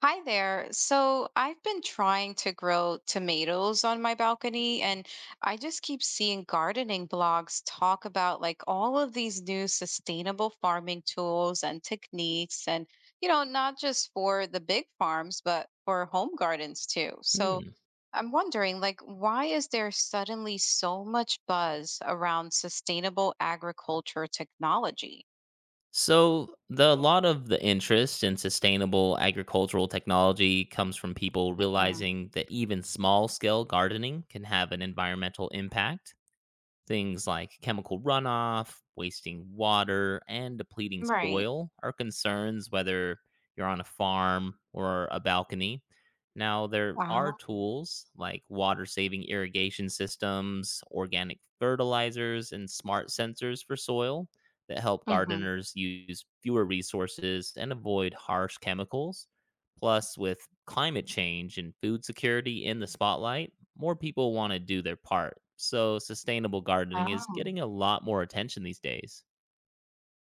Hi there. So I've been trying to grow tomatoes on my balcony, and I just keep seeing gardening blogs talk about like all of these new sustainable farming tools and techniques, and not just for the big farms, but for home gardens too. So Hmm. I'm wondering, like, why is there suddenly so much buzz around sustainable agriculture technology? So, the a lot of the interest in sustainable agricultural technology comes from people Mhm. realizing that even small-scale gardening can have an environmental impact. Things like chemical runoff, wasting water, and depleting Right. soil are concerns whether you're on a farm or a balcony. Now, there are Oh. tools like water saving irrigation systems, organic fertilizers, and smart sensors for soil that help Hmm. gardeners use fewer resources and avoid harsh chemicals. Plus, with climate change and food security in the spotlight, more people want to do their part. So sustainable gardening is Oh. getting a lot more attention these days.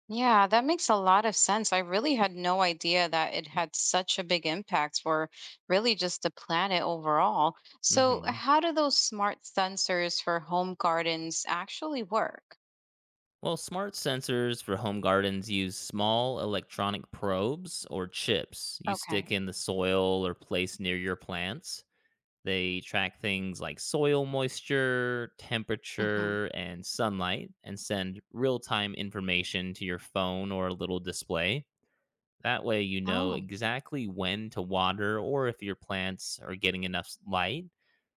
Yeah, that makes a lot of sense. I really had no idea that it had such a big impact for really just the planet overall. So, hmm how do those smart sensors for home gardens actually work? Well, smart sensors for home gardens use small electronic probes or chips you stick Okay. in the soil or place near your plants. They track things like soil moisture, Hmm. temperature, and sunlight, and send real time information to your phone or a little display. That way, you know Oh, exactly when to water or if your plants are getting enough light.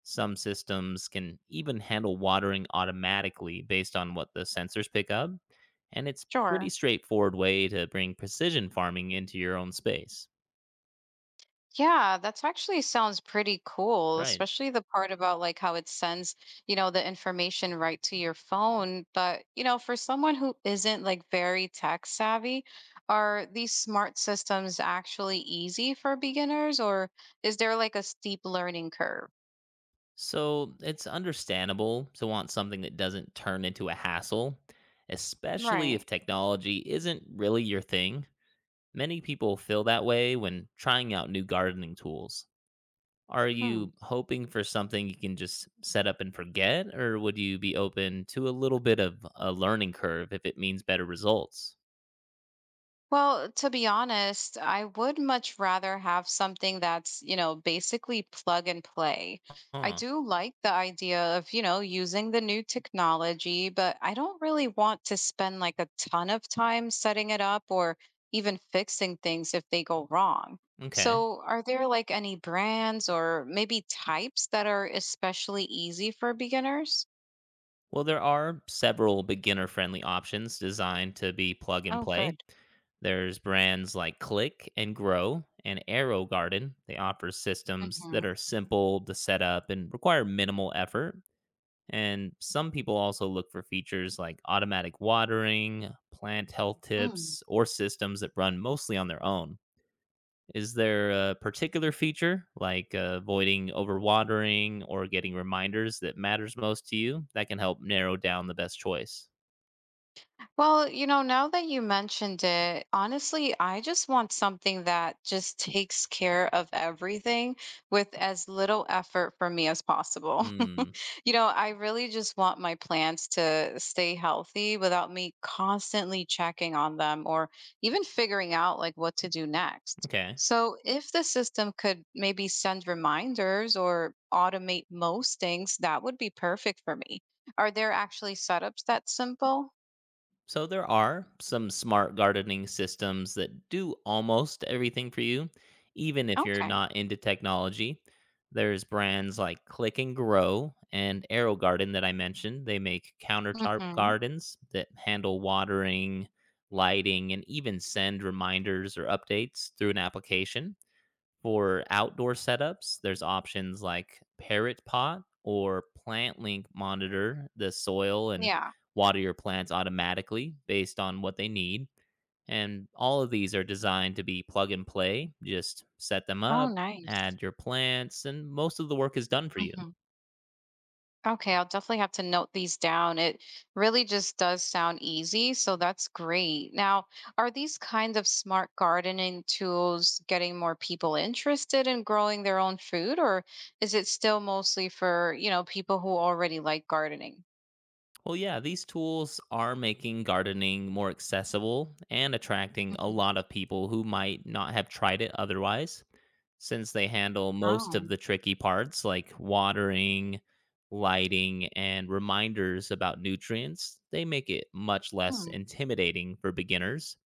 Some systems can even handle watering automatically based on what the sensors pick up, and it's pretty sure. straightforward way to bring precision farming into your own space. Yeah, that's actually sounds pretty cool, Right. especially the part about like how it sends, you know, the information right to your phone. But, for someone who isn't like very tech savvy, are these smart systems actually easy for beginners or is there like a steep learning curve? So, it's understandable to want something that doesn't turn into a hassle, especially if Right. technology isn't really your thing. Many people feel that way when trying out new gardening tools. Are Hmm. you hoping for something you can just set up and forget, or would you be open to a little bit of a learning curve if it means better results? Well, to be honest, I would much rather have something that's basically plug and play. I Huh. do like the idea of using the new technology, but I don't really want to spend like a ton of time setting it up or even fixing things if they go wrong. Okay. So, are there like any brands or maybe types that are especially easy for beginners? Well, there are several beginner friendly options designed to be plug and Oh, play. good. There's brands like Click and Grow and Arrow Garden. They offer systems that are simple to set up and require minimal effort. And some people also look for features like automatic watering, plant health Hmm. tips, or systems that run mostly on their own. Is there a particular feature like avoiding overwatering or getting reminders that matters most to you that can help narrow down the best choice? Well, now that you mentioned it, honestly, I just want something that just takes care of everything with as little effort for me as possible. Hmm. I really just want my plants to stay healthy without me constantly checking on them or even figuring out like what to do next. Okay. So, if the system could maybe send reminders or automate most things, that would be perfect for me. Are there actually setups that simple? So there are some smart gardening systems that do almost everything for you, even if you're Okay. not into technology. There's brands like Click and Grow and Arrow Garden that I mentioned. They make countertop Mm-hmm. gardens that handle watering, lighting, and even send reminders or updates through an application. For outdoor setups, there's options like Parrot Pot or PlantLink monitor the soil and Yeah. water your plants automatically based on what they need. And all of these are designed to be plug and play. Just set them Oh, up, nice. add your plants, and most of the work is done for you. Hmm. Okay, I'll definitely have to note these down. It really just does sound easy, so that's great. Now, are these kinds of smart gardening tools getting more people interested in growing their own food, or is it still mostly for people who already like gardening? Well, yeah, these tools are making gardening more accessible and attracting a Hmm. lot of people who might not have tried it otherwise, since they handle most Oh, of the tricky parts like watering, lighting, and reminders about nutrients. They make it much less hmm, intimidating for beginners.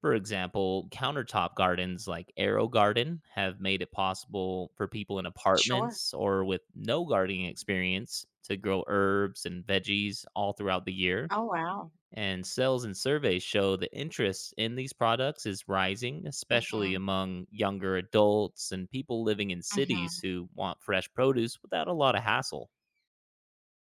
For example, countertop gardens like Aero Garden have made it possible for people in sure. apartments or with no gardening experience to grow herbs and veggies all throughout the year. Oh, wow. And sales and surveys show that interest in these products is rising, especially Mm-hmm. among younger adults and people living in cities who want fresh produce without a lot of hassle.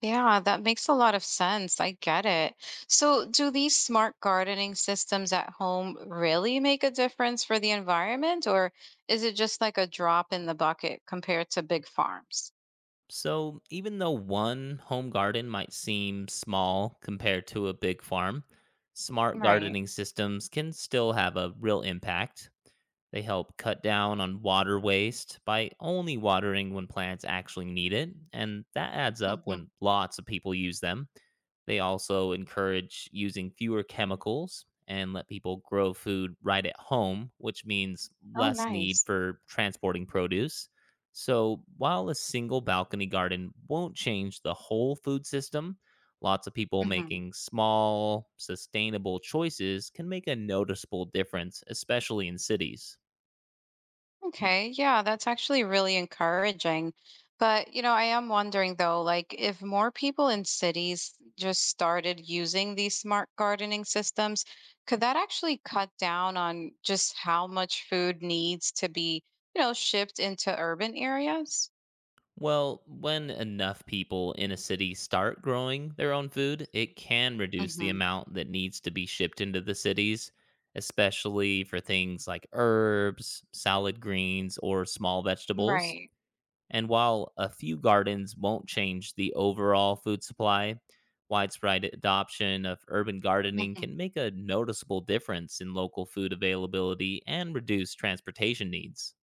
Yeah, that makes a lot of sense. I get it. So, do these smart gardening systems at home really make a difference for the environment, or is it just like a drop in the bucket compared to big farms? So, even though one home garden might seem small compared to a big farm, smart Right. gardening systems can still have a real impact. They help cut down on water waste by only watering when plants actually need it, and that adds up Hmm. when lots of people use them. They also encourage using fewer chemicals and let people grow food right at home, which means Oh, less need nice. for transporting produce. So, while a single balcony garden won't change the whole food system, lots of people Mm-hmm. making small, sustainable choices can make a noticeable difference, especially in cities. Okay, yeah, that's actually really encouraging. But, I am wondering though, like if more people in cities just started using these smart gardening systems, could that actually cut down on just how much food needs to be shipped into urban areas? Well, when enough people in a city start growing their own food, it can reduce the Hmm. amount that needs to be shipped into the cities, especially for things like herbs, salad greens, or small vegetables. Right. And while a few gardens won't change the overall food supply, widespread adoption of urban gardening can make a noticeable difference in local food availability and reduce transportation needs.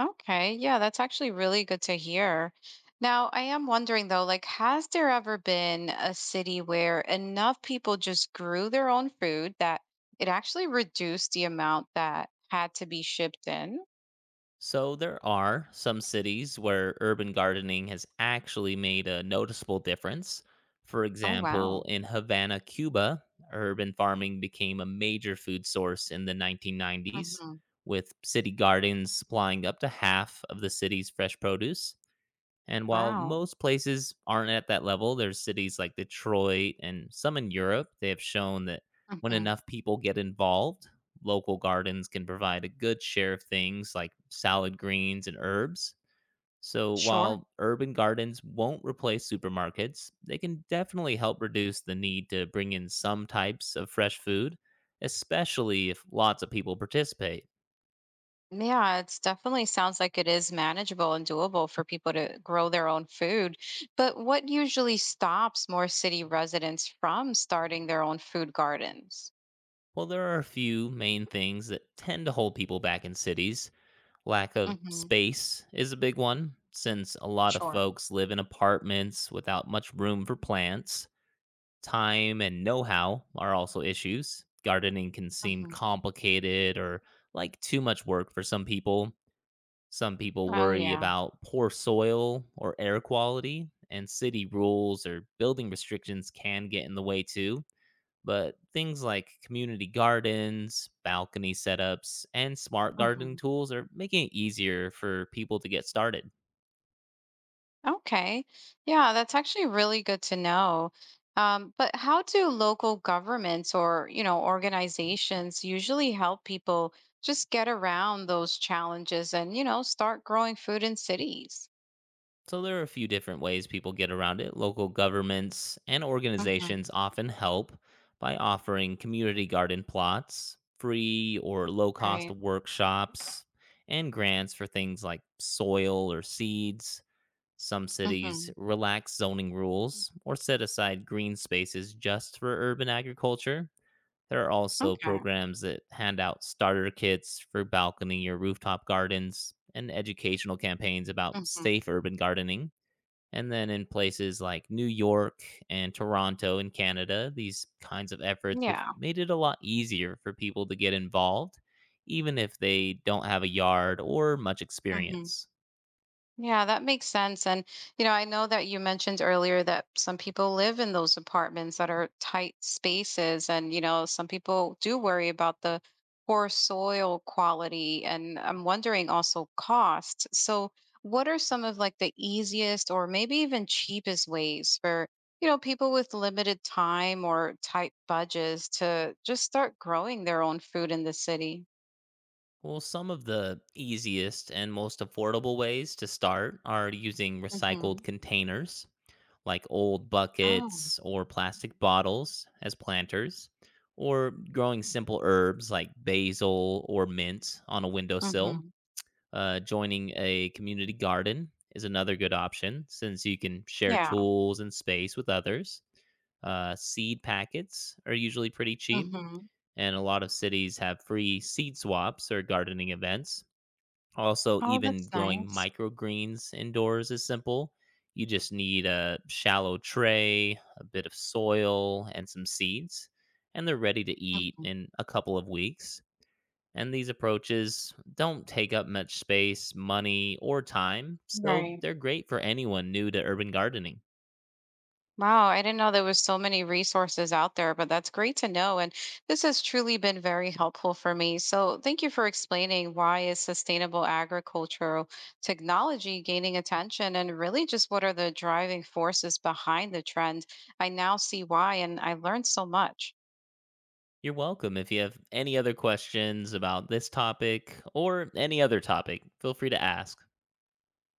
Okay, yeah, that's actually really good to hear. Now, I am wondering though, like, has there ever been a city where enough people just grew their own food that it actually reduced the amount that had to be shipped in? So, there are some cities where urban gardening has actually made a noticeable difference. For Oh, example, wow. in Havana, Cuba, urban farming became a major food source in the 1990s, Hmm. with city gardens supplying up to half of the city's fresh produce. And while Wow. most places aren't at that level, there's cities like Detroit and some in Europe. They have shown that when Hmm. enough people get involved, local gardens can provide a good share of things like salad greens and herbs. So Sure. while urban gardens won't replace supermarkets, they can definitely help reduce the need to bring in some types of fresh food, especially if lots of people participate. Yeah, it's definitely sounds like it is manageable and doable for people to grow their own food. But what usually stops more city residents from starting their own food gardens? Well, there are a few main things that tend to hold people back in cities. Lack of space is a big one, since a lot of Sure. folks live in apartments without much room for plants. Time and know how are also issues. Gardening can seem Mhm. complicated or like too much work for some people. Some people Oh, worry yeah. about poor soil or air quality, and city rules or building restrictions can get in the way too. But things like community gardens, balcony setups, and smart gardening Mhm. tools are making it easier for people to get started. Okay. Yeah, that's actually really good to know. But how do local governments or organizations usually help people just get around those challenges and start growing food in cities? So there are a few different ways people get around it. Local governments and Hmm. organizations often help by offering community garden plots, free or low cost Right. workshops, and grants for things like soil or seeds. Some cities Hmm. relax zoning rules or set aside green spaces just for urban agriculture. There are also Okay. programs that hand out starter kits for balcony or rooftop gardens and educational campaigns about Hmm. safe urban gardening. And then in places like New York and Toronto in Canada, these kinds of efforts have Yeah. made it a lot easier for people to get involved, even if they don't have a yard or much Hmm. experience. Yeah, that makes sense. And I know that you mentioned earlier that some people live in those apartments that are tight spaces. And some people do worry about the poor soil quality. And I'm wondering also cost. So, what are some of like the easiest or maybe even cheapest ways for people with limited time or tight budgets to just start growing their own food in the city? Well, some of the easiest and most affordable ways to start are using recycled Hmm. containers like old Oh, buckets or plastic bottles as planters, or growing simple herbs like basil or mint on a windowsill. hmm Joining a community garden is another good option since you can share yeah. tools and space with others. Seed packets are usually pretty cheap, Mm-hmm. and a lot of cities have free seed swaps or gardening events. Also, Oh, even that's growing nice. microgreens indoors is simple. You just need a shallow tray, a bit of soil, and some seeds, and they're ready to eat Mhm. in a couple of weeks. And these approaches don't take up much space, money, or time, so Right. they're great for anyone new to urban gardening. Wow, I didn't know there was so many resources out there, but that's great to know. And this has truly been very helpful for me. So thank you for explaining why is sustainable agricultural technology gaining attention and really just what are the driving forces behind the trend. I now see why, and I learned so much. You're welcome. If you have any other questions about this topic or any other topic, feel free to ask.